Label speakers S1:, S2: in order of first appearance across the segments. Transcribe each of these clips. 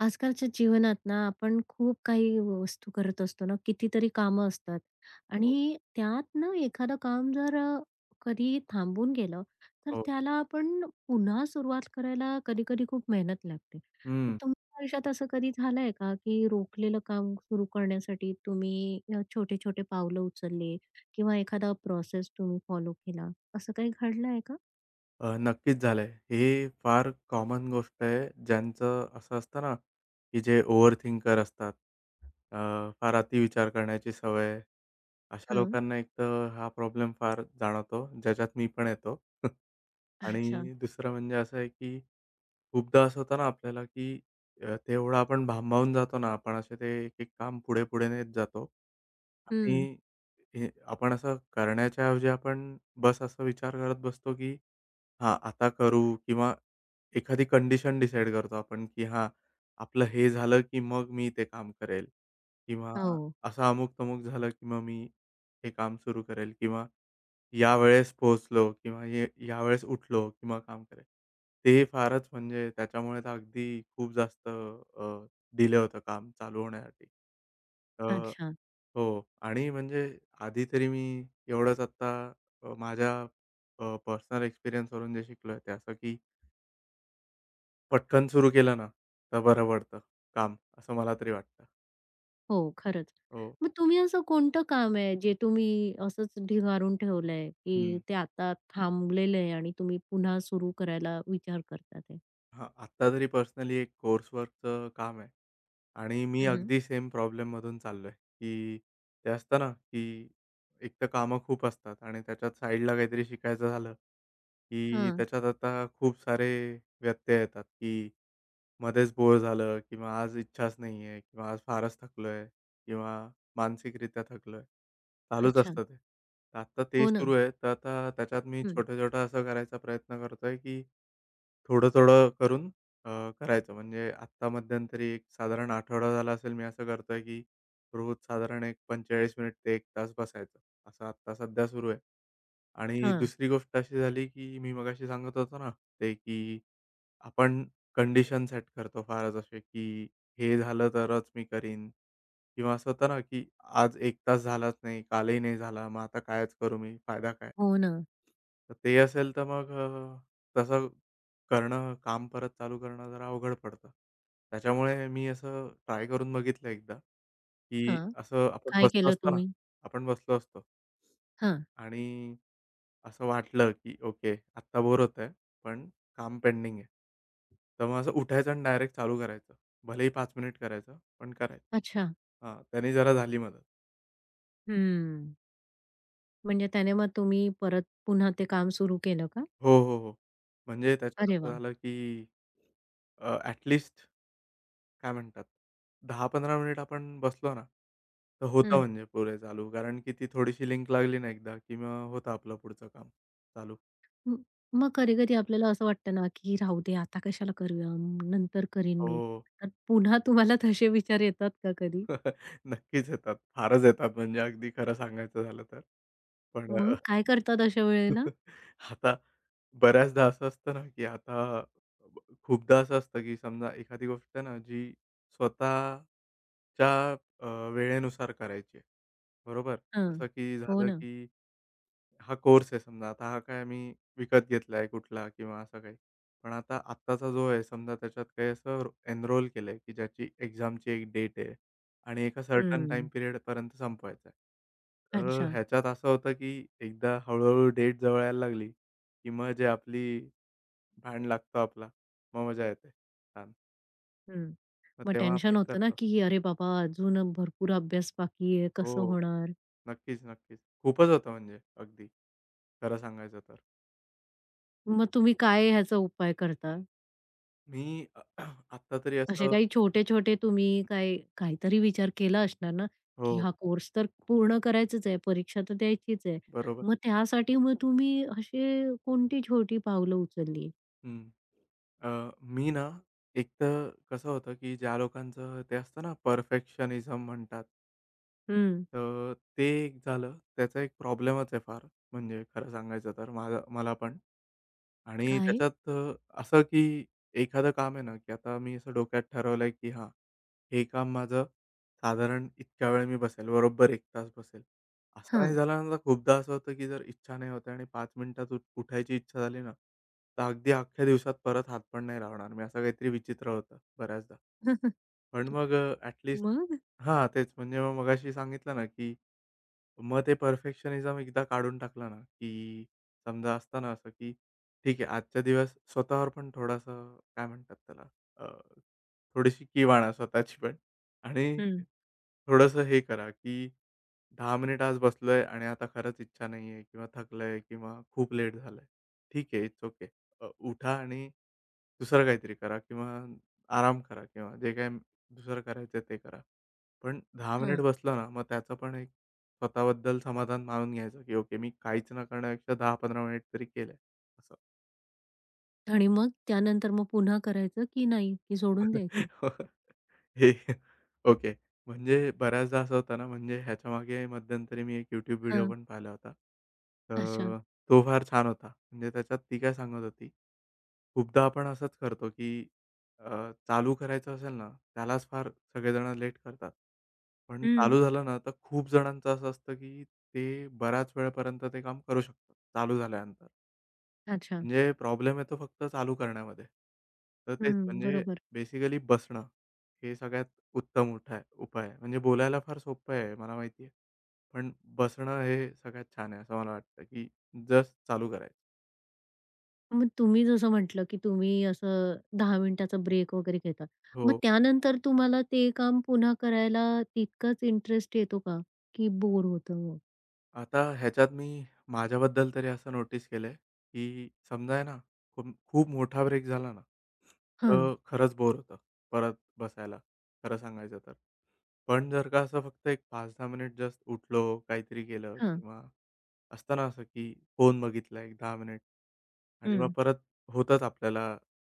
S1: आजकालच्या जीवनात ना आपण खूप काही वस्तू करत असतो ना, कितीतरी कामं असतात.
S2: हो,
S1: आणि त्यात ना एखादं काम जर कधी थांबून गेलं, तर
S2: हो.
S1: त्याला आपण पुन्हा सुरुवात करायला कधी कधी खूप मेहनत लागते. तर तुमच्या आयुष्यात असं कधी झालंय का, की रोखलेलं काम सुरू करण्यासाठी तुम्ही छोटे छोटे पावलं उचलले किंवा एखादा प्रोसेस तुम्ही फॉलो केला? असं काही घडलं आहे का?
S2: नक्कीच झालंय. हे फार कॉमन गोष्ट आहे. ज्यांचं असं असतं ना, की जे ओव्हर थिंकर असतात. अ, फार अतिविचार करण्याची सवय आहे. अशा
S1: हां.
S2: लोकांना एक तर हा प्रॉब्लेम फार जाणवतो, ज्याच्यात मी पण येतो.
S1: अच्छा.
S2: आणि दुसरं म्हणजे असं आहे, की खूपदा असं होतं ना आपल्याला, की तेवढं आपण भांबावून जातो ना, आपण असे ते एक-एक काम पुढे-पुढे नेत जातो. आणि
S1: हं.
S2: हे आपण असं करण्याच्या ऐवजी आपण बस असा विचार करत बसतो, की हां, आता करू किंवा एखादी कंडिशन डिसाईड करतो आपण, की हां, आपलं हे झालं, की मग मी ते काम करेल किंवा
S1: हो.
S2: असं अमुक-तमुक झालं, की मग मी हे काम सुरू करेल किंवा यावेळेस पोहोचलो किंवा यावेळेस उठलो की मग काम करेल. ते फारच म्हणजे त्याच्यामुळे तर अगदी खूप जास्त डिले होतं काम चालू होण्यासाठी. तर
S1: अच्छा.
S2: हो आणि म्हणजे आधी तरी मी एवढंच आता माझ्या पर्सनल एक्सपिरियन्सवरून जे शिकलोय ते असं, की पटकन सुरू केलं ना, तर बरं पडतं काम, असं मला तरी वाटतं.
S1: हो, खरंच.
S2: हो.
S1: मग तुम्ही, असं कोणतं काम आहे जे तुम्ही असंच ढिगारून ठेवलंय, की
S2: हम्म.
S1: ते आता थांबलेलं आहे आणि तुम्ही पुन्हा सुरू करायला विचार करता ते?
S2: हां, आत्ता तरी पर्सनली एक कोर्सवर्कचं काम आहे आणि मी
S1: हं, हं.
S2: अगदी सेम प्रॉब्लेममधून चाललोय, की ते असतं ना, की एकतर कामं खूप असतात आणि त्याच्यात साईडला काहीतरी शिकायचं झालं, की
S1: हां.
S2: त्याच्यात आता खूप सारे व्यत्यय येतात, की मध्येच बोर झालं किंवा आज इच्छाच नाही आहे किंवा आज फारच थकलोय किंवा मानसिकरित्या थकलोय. चालूच
S1: अच्छा.
S2: असतं ते. तर आत्ता ते
S1: हो ना.
S2: सुरू आहे. तर आता त्याच्यात मी
S1: हं.
S2: छोटं-छोटं असं करायचा प्रयत्न करतोय, की थोडं-थोडं करून अ, करायचं. म्हणजे आत्ता मध्यंतरी एक साधारण आठवडा झाला असेल मी असं करतोय, की रोज साधारण एक 45 मिनिट ते 1 तास बसायचं. असं आत्ता सध्या सुरू आहे. आणि
S1: हां.
S2: दुसरी गोष्ट अशी झाली, की मी मगाशी सांगत होतो ना, ते की आपण कंडिशन सेट करतो फारच असे, की हे झालं तरच मी करीन किंवा असं होतं ना, की आज 1 तास झालाच नाही, कालही नाही झाला, मग आता कायच करू मी? फायदा काय?
S1: हो ना.
S2: तर ते असेल तर मग तसं काम परत चालू करणं जरा अवघड पडतं. त्याच्यामुळे मी असं ट्राय करून बघितलं एकदा, की
S1: हां.
S2: असं आपण
S1: काय
S2: बसलो
S1: केलं
S2: असतो ना,
S1: तुम्ही?
S2: आपण बसलो असतो.
S1: हां.
S2: आणि असं वाटलं, की ओके आत्ता बोर होतंय, पण काम पेंडिंग आहे. तर मग असं उठायचं आणि डायरेक्ट चालू करायचं. भलेही 5 मिनिट करायचं, पण करायचं.
S1: अच्छा.
S2: हां, त्याने जरा झाली मदत.
S1: हम्म. म्हणजे त्याने मग तुम्ही परत पुन्हा ते काम सुरू केलं का?
S2: हो, हो, हो. म्हणजे त्याच्यात
S1: अरे
S2: असं
S1: वाह!
S2: झालं, की अ, काय म्हणतात, 15 मिनिट आपण बसलो ना, तर होतं म्हणजे पुरे चालू. कारण की ती थोडीशी लिंक लागली ना एकदा, की मग होतं आपलं पुढचं काम चालू.
S1: म- मग कधी-कधी आपल्याला असं वाटतं ना, की राहू दे, आता कशाला करूया? नंतर करीन मी.
S2: हो.
S1: तर पुन्हा तुम्हाला तसे विचार येतात का कधी?
S2: नक्कीच येतात. फारच येतात म्हणजे अगदी खरं सांगायचं झालं तर. पण
S1: मग काय करतात अशा वेळेला?
S2: आता बऱ्याचदा असं असतं ना, की आता खूपदा असं असतं, की समजा एखादी गोष्ट ना जी स्वतःच्या अ, वेळेनुसार करायची आहे. बरोबर?
S1: हां.
S2: जसं की
S1: हो
S2: झालं
S1: ना.
S2: की हा कोर्स आहे समजा. आता हा काय मी विकत घेतलाय कुठला किंवा असं काही. पण आता आत्ताचा जो आहे समजा त्याच्यात काही असं एनरोल केलंय, की ज्याची एक्झामची एक डेट आहे आणि एका सर्टन टाईम
S1: हम्म.
S2: पिरियडपर्यंत संपवायचा आहे. तर
S1: अच्छा.
S2: ह्याच्यात असं होतं, की एकदा हळू डेट जवळ यायला लागली, की मग जे आपली भांड लागतो आपला, मग मजा येते छान.
S1: हम्म.
S2: मग
S1: मग
S2: तेव्हा आपण
S1: टेन्शन होतं ना,
S2: करतो.
S1: की अरे बाबा, अजून भरपूर अभ्यास बाकी आहे,
S2: हो.
S1: कसं होणार?
S2: नक्कीच, नक्कीच. खूपच होतं म्हणजे अगदी. खरं सांगायचं तर.
S1: मग तुम्ही काय ह्याचा उपाय करता?
S2: मी आत्ता तरी
S1: असे
S2: असं
S1: काही छोटे-छोटे तुम्ही काही काहीतरी विचार केला असणार ना, की
S2: हो.
S1: हा कोर्स तर पूर्ण करायचाच आहे, परीक्षा तर द्यायचीच आहे.
S2: बरोबर.
S1: मग त्यासाठी मग तुम्ही असे कोणती छोटी पावलं उचलली?
S2: हं. मी ना, एक तर कसं होतं, की ज्या लोकांचं ते असतं ना, परफेक्शनिझम म्हणतात.
S1: हं.
S2: तर ते एक झालं. त्याचा एक प्रॉब्लेमच आहे फार. म्हणजे खरं सांगायचं तर माझा मला पण. आणि
S1: काय?
S2: त्याच्यात असं की एखादं काम आहे ना, की आता मी असं डोक्यात ठरवलंय, की हां, हे काम माझं साधारण इतक्या वेळ मी बसेल, बरोबर 1 तास बसेल. असं नाही
S1: हां.
S2: झालं ना, तर खूपदा असं होतं, की जर इच्छा नाही होते आणि 5 मिनिटात उठायची इच्छा झाली ना, तर अगदी अख्ख्या दिवसात परत हात पण नाही लावणार मी. असं काहीतरी विचित्र होतं बऱ्याचदा. पण मग
S1: मग?
S2: हां, तेच म्हणजे मग मगाशी सांगितलं ना, की मग ते परफेक्शनिझम एकदा काढून टाकलं ना, की समजा असतं ना असं, की ठीक आहे आजचा दिवस स्वतःवर पण थोडासा काय म्हणतात त्याला थोडीशी कीव आणा स्वतःची पण आणि
S1: हं.
S2: थोडंसं हे करा, की 10 मिनिट आज बसलोय आणि आता खरंच इच्छा नाहीये किंवा थकलंय किंवा खूप लेट झालंय. ठीक आहे, इट्स ओके. उठा आणि दुसरं काहीतरी करा किंवा आराम करा किंवा जे काही दुसरं करायचंय ते करा. पण 10 मिनिट
S1: हां.
S2: बसला ना, मग त्याचं पण एक स्वतःबद्दल समाधान मानून घ्यायचं, की ओके मी काहीच न करण्यापेक्षा 10-15 मिनिट तरी केलंय असं.
S1: आणि मग त्यानंतर मग पुन्हा करायचं की नाही, की सोडून द्यायचं?
S2: हे ओके. म्हणजे बऱ्याचदा असं होतं ना, म्हणजे ह्याच्यामागे मध्यंतरी मी एक YouTube व्हिडिओ
S1: हां.
S2: पण पाहिला होता.
S1: अच्छा.
S2: तर तो फार छान होता. म्हणजे त्याच्यात ती काय सांगत होती, खूपदा आपण असंच करतो, की चालू करायचं असेल ना, त्यालाच फार सगळेजण लेट करतात. पण
S1: हं.
S2: चालू झालं ना, तर खूप जणांचं असं असतं, की ते बऱ्याच वेळेपर्यंत ते काम करू शकतात, चालू झाल्यानंतर.
S1: अच्छा.
S2: म्हणजे प्रॉब्लेम येतो फक्त चालू करण्यामध्ये. तर तेच
S1: हं.
S2: म्हणजे
S1: बरोबर.
S2: बेसिकली बसणं, हे सगळ्यात उत्तम उपाय आहे. म्हणजे बोलायला फार सोपं आहे, मला माहिती आहे. पण बसणं हे सगळ्यात छान आहे असं मला वाटतं, की जस्ट चालू करायचं.
S1: मग तुम्ही जसं म्हटलं, की तुम्ही असं 10 मिनिटाचा ब्रेक वगैरे घेता. मग
S2: हो.
S1: त्यानंतर तुम्हाला ते काम पुन्हा करायला तितकाच इंटरेस्ट येतो का? की बोर होतं मग?
S2: आता ह्याच्यात मी माझ्याबद्दल तरी असं नोटीस केलंय, की समजा आहे ना, खूप खूप मोठा ब्रेक झाला ना,
S1: हं,
S2: तर खरंच बोर होतं परत बसायला, खरं सांगायचं तर. पण जर का असं फक्त एक 5-10 मिनिट जस्ट उठलो, काहीतरी केलं
S1: हं,
S2: किंवा असतं ना असं, की फोन बघितला एक 10 मिनिट आणि मग
S1: हं.
S2: परत होतंच आपल्याला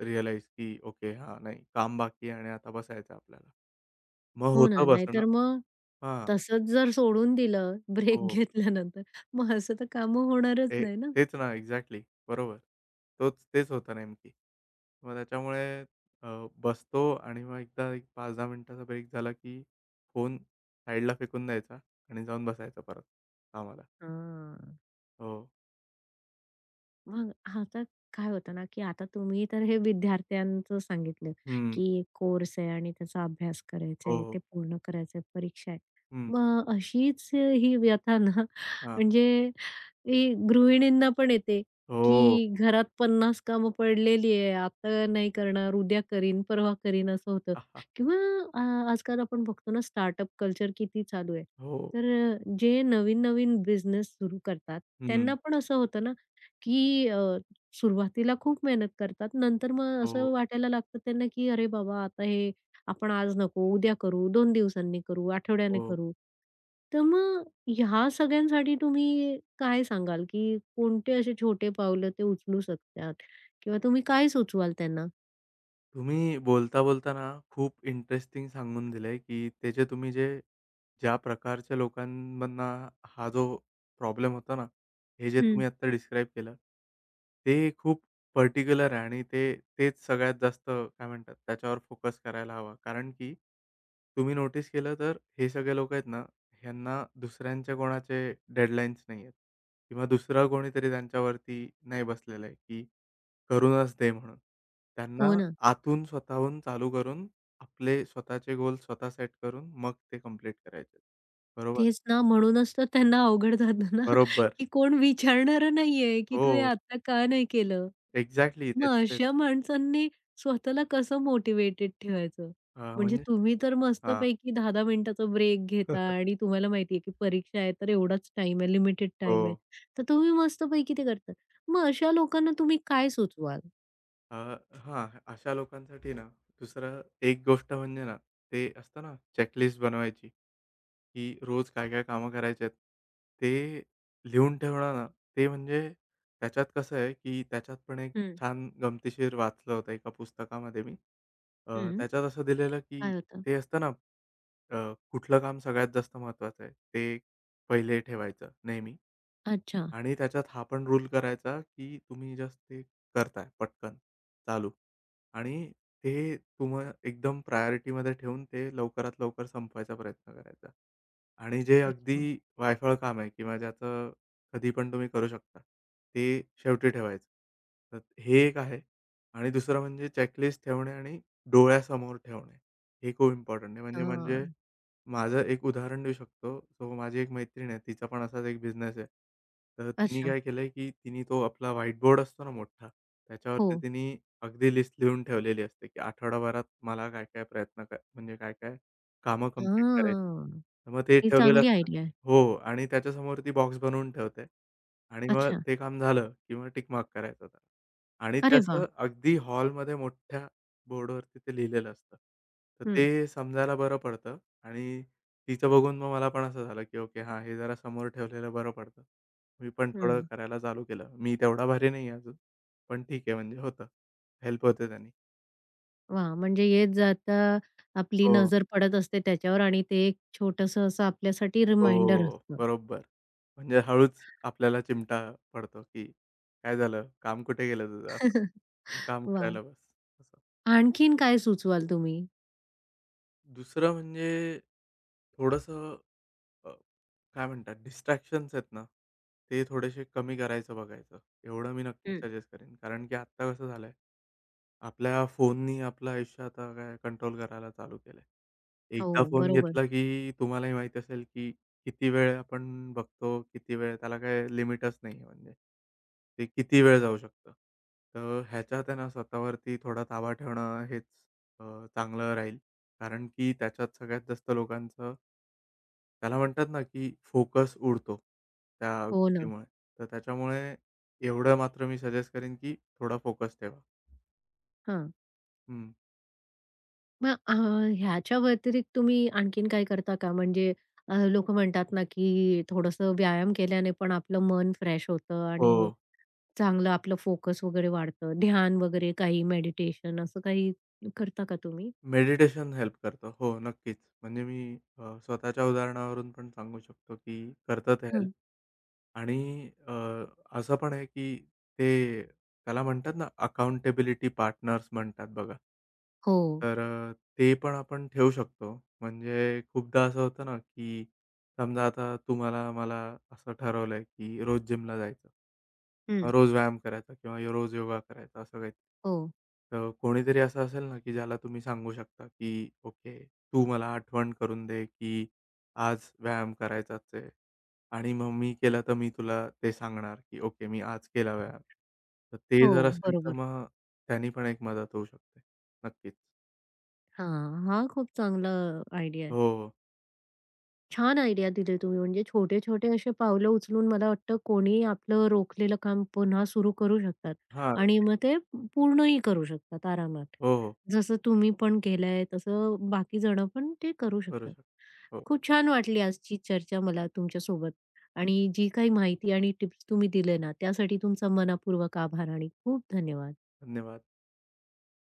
S2: रिअलाईज, की ओके हां, नाही काम बाकी आहे आणि आता बसायचं आपल्याला. मग
S1: हो ना.
S2: होतं बसणं.
S1: नाहीतर मग
S2: हां.
S1: तसंच जर सोडून दिलं ब्रेक
S2: हो.
S1: घेतल्यानंतर, मग असं तर कामं होणारच
S2: ते
S1: नाही ना.
S2: तेच ना, एक्झॅक्टली. बरोबर. तेच होतं नेमकी. मग त्याच्यामुळे अ, बसतो आणि मग एकदा एक 5-10 मिनिटाचा ब्रेक झाला, की फोन साईडला फेकून द्यायचा आणि जाऊन बसायचं परत कामाला.
S1: हां.
S2: हो.
S1: मग आता काय होतं ना, की आता तुम्ही तर हे विद्यार्थ्यांचं सांगितलं,
S2: हं.
S1: की कोर्स आहे आणि त्याचा अभ्यास करायचा
S2: हो,
S1: आहे,
S2: हो.
S1: ते पूर्ण करायचं आहे, परीक्षा आहे.
S2: हं.
S1: मग अशीच ही व्यथा ना,
S2: हां.
S1: म्हणजे ही गृहिणींना पण येते,
S2: हो.
S1: की घरात पन्नास कामं पडलेली आहे, आता नाही करणार, उद्या करीन, परवा करीन, असं होतं.
S2: आहा!
S1: किंवा आजकाल आपण बघतो ना, स्टार्टअप कल्चर किती चालू आहे.
S2: हो.
S1: तर जे नवीन-नवीन बिझनेस सुरू करतात, त्यांना
S2: हं.
S1: पण असं होतं ना, की सुरुवातीला खूप मेहनत करतात. नंतर मग असं
S2: हो,
S1: वाटायला लागतं त्यांना, की "अरे बाबा, आता हे आपण आज नको, उद्या करू, 2 दिवसांनी करू, आठवड्याने
S2: हो.
S1: करू." तर मग ह्या सगळ्यांसाठी तुम्ही काय सांगाल, की कोणते असे छोटे पावलं ते उचलू शकतात किंवा तुम्ही काय सुचवाल त्यांना?
S2: तुम्ही बोलता-बोलता ना, खूप इंटरेस्टिंग सांगून दिलंय, की त्याचे तुम्ही जे ज्या प्रकारच्या लोकांमधना हा जो प्रॉब्लेम होता ना, हे जे
S1: हं.
S2: तुम्ही आत्ता डिस्क्राईब केलं, ते खूप पर्टिक्युलर आहे आणि ते तेच सगळ्यात जास्त काय म्हणतात, त्याच्यावर फोकस करायला हवा. कारण की तुम्ही नोटीस केलं तर हे सगळे लोकं आहेत ना, ह्यांना दुसऱ्यांच्या कोणाचे डेडलाईन्स नाही आहेत किंवा दुसरं कोणीतरी त्यांच्यावरती नाही बसलेलं आहे, की करूनच दे म्हणून. त्यांना
S1: हो ना.
S2: आतून स्वतःहून चालू करून, आपले स्वतःचे गोल स्वतः सेट करून मग ते कंप्लीट करायचे. बरोबर,
S1: तेच ना, म्हणूनच तर त्यांना अवघड जातं ना,
S2: बरोबर.
S1: की कोण विचारणारं नाहीये, की तू हे
S2: हो,
S1: आता का नाही केलं?
S2: एक्झॅक्टली
S1: मग
S2: तेच, तेच.
S1: अशा माणसांनी स्वतःला कसं मोटिव्हेटेड ठेवायचं?
S2: हां,
S1: म्हणजे
S2: म्हणजे
S1: तुम्ही तर
S2: हां.
S1: मस्तपैकी 10-10 मिनिटाचा ब्रेक घेता आणि तुम्हाला माहिती आहे, की परीक्षा आहे, तर एवढाच टाईम आहे, लिमिटेड
S2: हो.
S1: टाईम आहे. तर तुम्ही मस्तपैकी ते करता. मग अशा लोकांना तुम्ही काय सुचवाल?
S2: अ, हां, अशा लोकांसाठी ना दुसरं एक गोष्ट म्हणजे ना, ते असतं ना चेकलिस्ट बनवायची. की रोज काय-काय कामं करायची आहेत, ते लिहून ठेवणं ना, ते म्हणजे त्याच्यात कसं आहे, की त्याच्यात पण एक
S1: हं,
S2: छान गमतीशीर वाचलं होतं एका पुस्तकामध्ये मी. अ,
S1: हं.
S2: त्याच्यात असं दिलेलं, की
S1: काय होतं?
S2: ते असतं ना, कुठलं काम सगळ्यात जास्त महत्त्वाचं आहे, ते पहिले ठेवायचं नेहमी.
S1: अच्छा,
S2: आणि त्याच्यात हा पण रूल करायचा, की तुम्ही जस्ट ते करताय पटकन चालू आणि ते तुम्हा एकदम प्रायोरिटीमध्ये ठेवून ते लवकरात लवकर संपवायचा प्रयत्न करायचा. आणि जे
S1: अच्छा.
S2: अगदी वायफळ काम आहे किंवा ज्याचं कधी पण तुम्ही करू शकता, ते शेवटी ठेवायचं. तर हे एक आहे आणि दुसरं म्हणजे चेकलिस्ट ठेवणे आणि डोळ्यासमोर ठेवणे. हे खूप इम्पोर्टंट आहे म्हणजे म्हणजे
S1: हां.
S2: माझं एक उदाहरण देऊ शकतो. सो माझी एक मैत्रीण आहे, तिचा पण असाच एक बिझनेस आहे. तर तिने
S1: अच्छा.
S2: काय केलंय, की तिने तो आपला व्हाईट बोर्ड असतो ना मोठा,
S1: हो.
S2: त्याच्यावरती तिने अगदी लिस्ट लिहून ठेवलेली असते, की आठवडाभरात मला काय-काय प्रयत्न क म्हणजे काय-काय कामं कंप्लीट करायची.
S1: हां.
S2: तर मग ते
S1: ही
S2: ठेवलेलं
S1: चांगली
S2: असतं
S1: आयडिया आहे.
S2: हो आणि त्याच्यासमोर ती बॉक्स बनवून ठेवते आणि मग
S1: अच्छा.
S2: ते काम झालं, की मग टिक करायचं त्याला आणि ते
S1: अरे
S2: असं
S1: वाह!
S2: अगदी हॉलमध्ये मोठ्या बोर्डवरती ते लिहिलेलं असतं. तर
S1: हं,
S2: ते समजायला बरं पडतं आणि तिचं बघून मग मला पण असं झालं, की ओके हां, हे जरा समोर ठेवलेलं बरं पडतं. मी पण थोडं
S1: हं.
S2: करायला चालू केलं. मी तेवढा भारी नाही आहे अजून, पण ठीक आहे म्हणजे होतं. हेल्प होते त्यानी.
S1: वाह! म्हणजे येत जाता आपली
S2: हो,
S1: नजर पडत असते त्याच्यावर आणि ते एक छोटंसं असं आपल्यासाठी रिमाइंडर
S2: हो,
S1: असतं.
S2: बरोबर. म्हणजे हळूच आपल्याला चिमटा पडतो, की काय झालं? काम कुठे गेलं तुझं? असं काम
S1: वाह!
S2: करायला बस. असं.
S1: आणखीन काय सुचवाल तुम्ही?
S2: दुसरं म्हणजे थोडंसं काय म्हणतात डिस्ट्रॅक्शन्स आहेत ना, ते थोडेसे कमी करायचं बघायचं. एवढं मी नक्कीच
S1: हं.
S2: सजेस्ट करेन. कारण की आत्ता कसं झालंय, आपल्या फोननी आपलं आयुष्य आता काय कंट्रोल करायला चालू केलंय.
S1: हो,
S2: एकदा फोन
S1: बरोबर.
S2: घेतला की तुम्हालाही माहिती असेल की किती वेळ आपण बघतो, किती वेळ त्याला काही लिमिटच नाही आहे म्हणजे. ते किती वेळ जाऊ शकतं. तर ह्याच्यात आहे ना स्वतःवरती थोडा ताबा ठेवणं हेच अ, चांगलं राहील. कारण की त्याच्यात सगळ्यात जास्त लोकांचं त्याला म्हणतात ना, की फोकस उडतो त्या
S1: हो ना.
S2: गोष्टीमुळे. तर त्याच्यामुळे एवढं मात्र मी सजेस्ट करेन, की थोडा फोकस ठेवा.
S1: हां.
S2: हं.
S1: मग ह्याच्या व्यतिरिक्त तुम्ही आणखीन काय करता का? म्हणजे अ, म्हणतात ना, की थोडंसं व्यायाम केल्याने पण आपलं मन फ्रेश होतं
S2: हो.
S1: आणि चांगलं आपलं फोकस वगैरे वाढतं. ध्यान वगैरे काही, मेडिटेशन असं काही करता का तुम्ही?
S2: मेडिटेशन हेल्प करतं. हो, नक्कीच. म्हणजे मी स्वतःच्या उदाहरणावरून पण सांगू शकतो, की करतं ते हेल्प. आणि असं पण आहे, की ते त्याला म्हणतात ना, अकाउंटेबिलिटी पार्टनर्स म्हणतात बघा.
S1: हो.
S2: तर ते पण आपण ठेवू शकतो. म्हणजे खूपदा असं होतं ना, की समजा आता तुम्हाला मला असं ठरवलंय, की रोज जिमला जायचं.
S1: हं.
S2: रोज व्यायाम करायचा किंवा रोज योगा करायचा असं काही.
S1: हो,
S2: तर कोणीतरी असं असेल ना, की ज्याला तुम्ही सांगू शकता, की "ओके, तू मला आठवण करून दे, की आज व्यायाम करायचाच आहे." आणि मग मी केला तर मी तुला ते सांगणार, की ओके मी आज केला व्यायाम. तर ते जर
S1: हो.
S2: असेल तर
S1: बरोबर.
S2: मग त्यानी पण एक मदत होऊ शकते. नक्कीच.
S1: हां, हा खूप चांगला आयडिया आहे.
S2: हो, हो.
S1: छान आयडिया दिली तुम्ही. म्हणजे छोटे-छोटे असे पावलं उचलून मला वाटतं कोणीही आपलं रोखलेलं काम पुन्हा सुरू करू शकतात
S2: हां.
S1: आणि मग ते पूर्णही करू शकतात आरामात.
S2: हो, हो.
S1: जसं तुम्ही पण केलंय तसं बाकी जण पण ते करू
S2: करू
S1: शकतात.
S2: शकतो. हो.
S1: खूप छान वाटली आजची चर्चा मला तुमच्यासोबत, आणि जी काही माहिती आणि टिप्स तुम्ही दिले ना, त्यासाठी तुमचा मनःपूर्वक आभार आणि खूप धन्यवाद.
S2: धन्यवाद.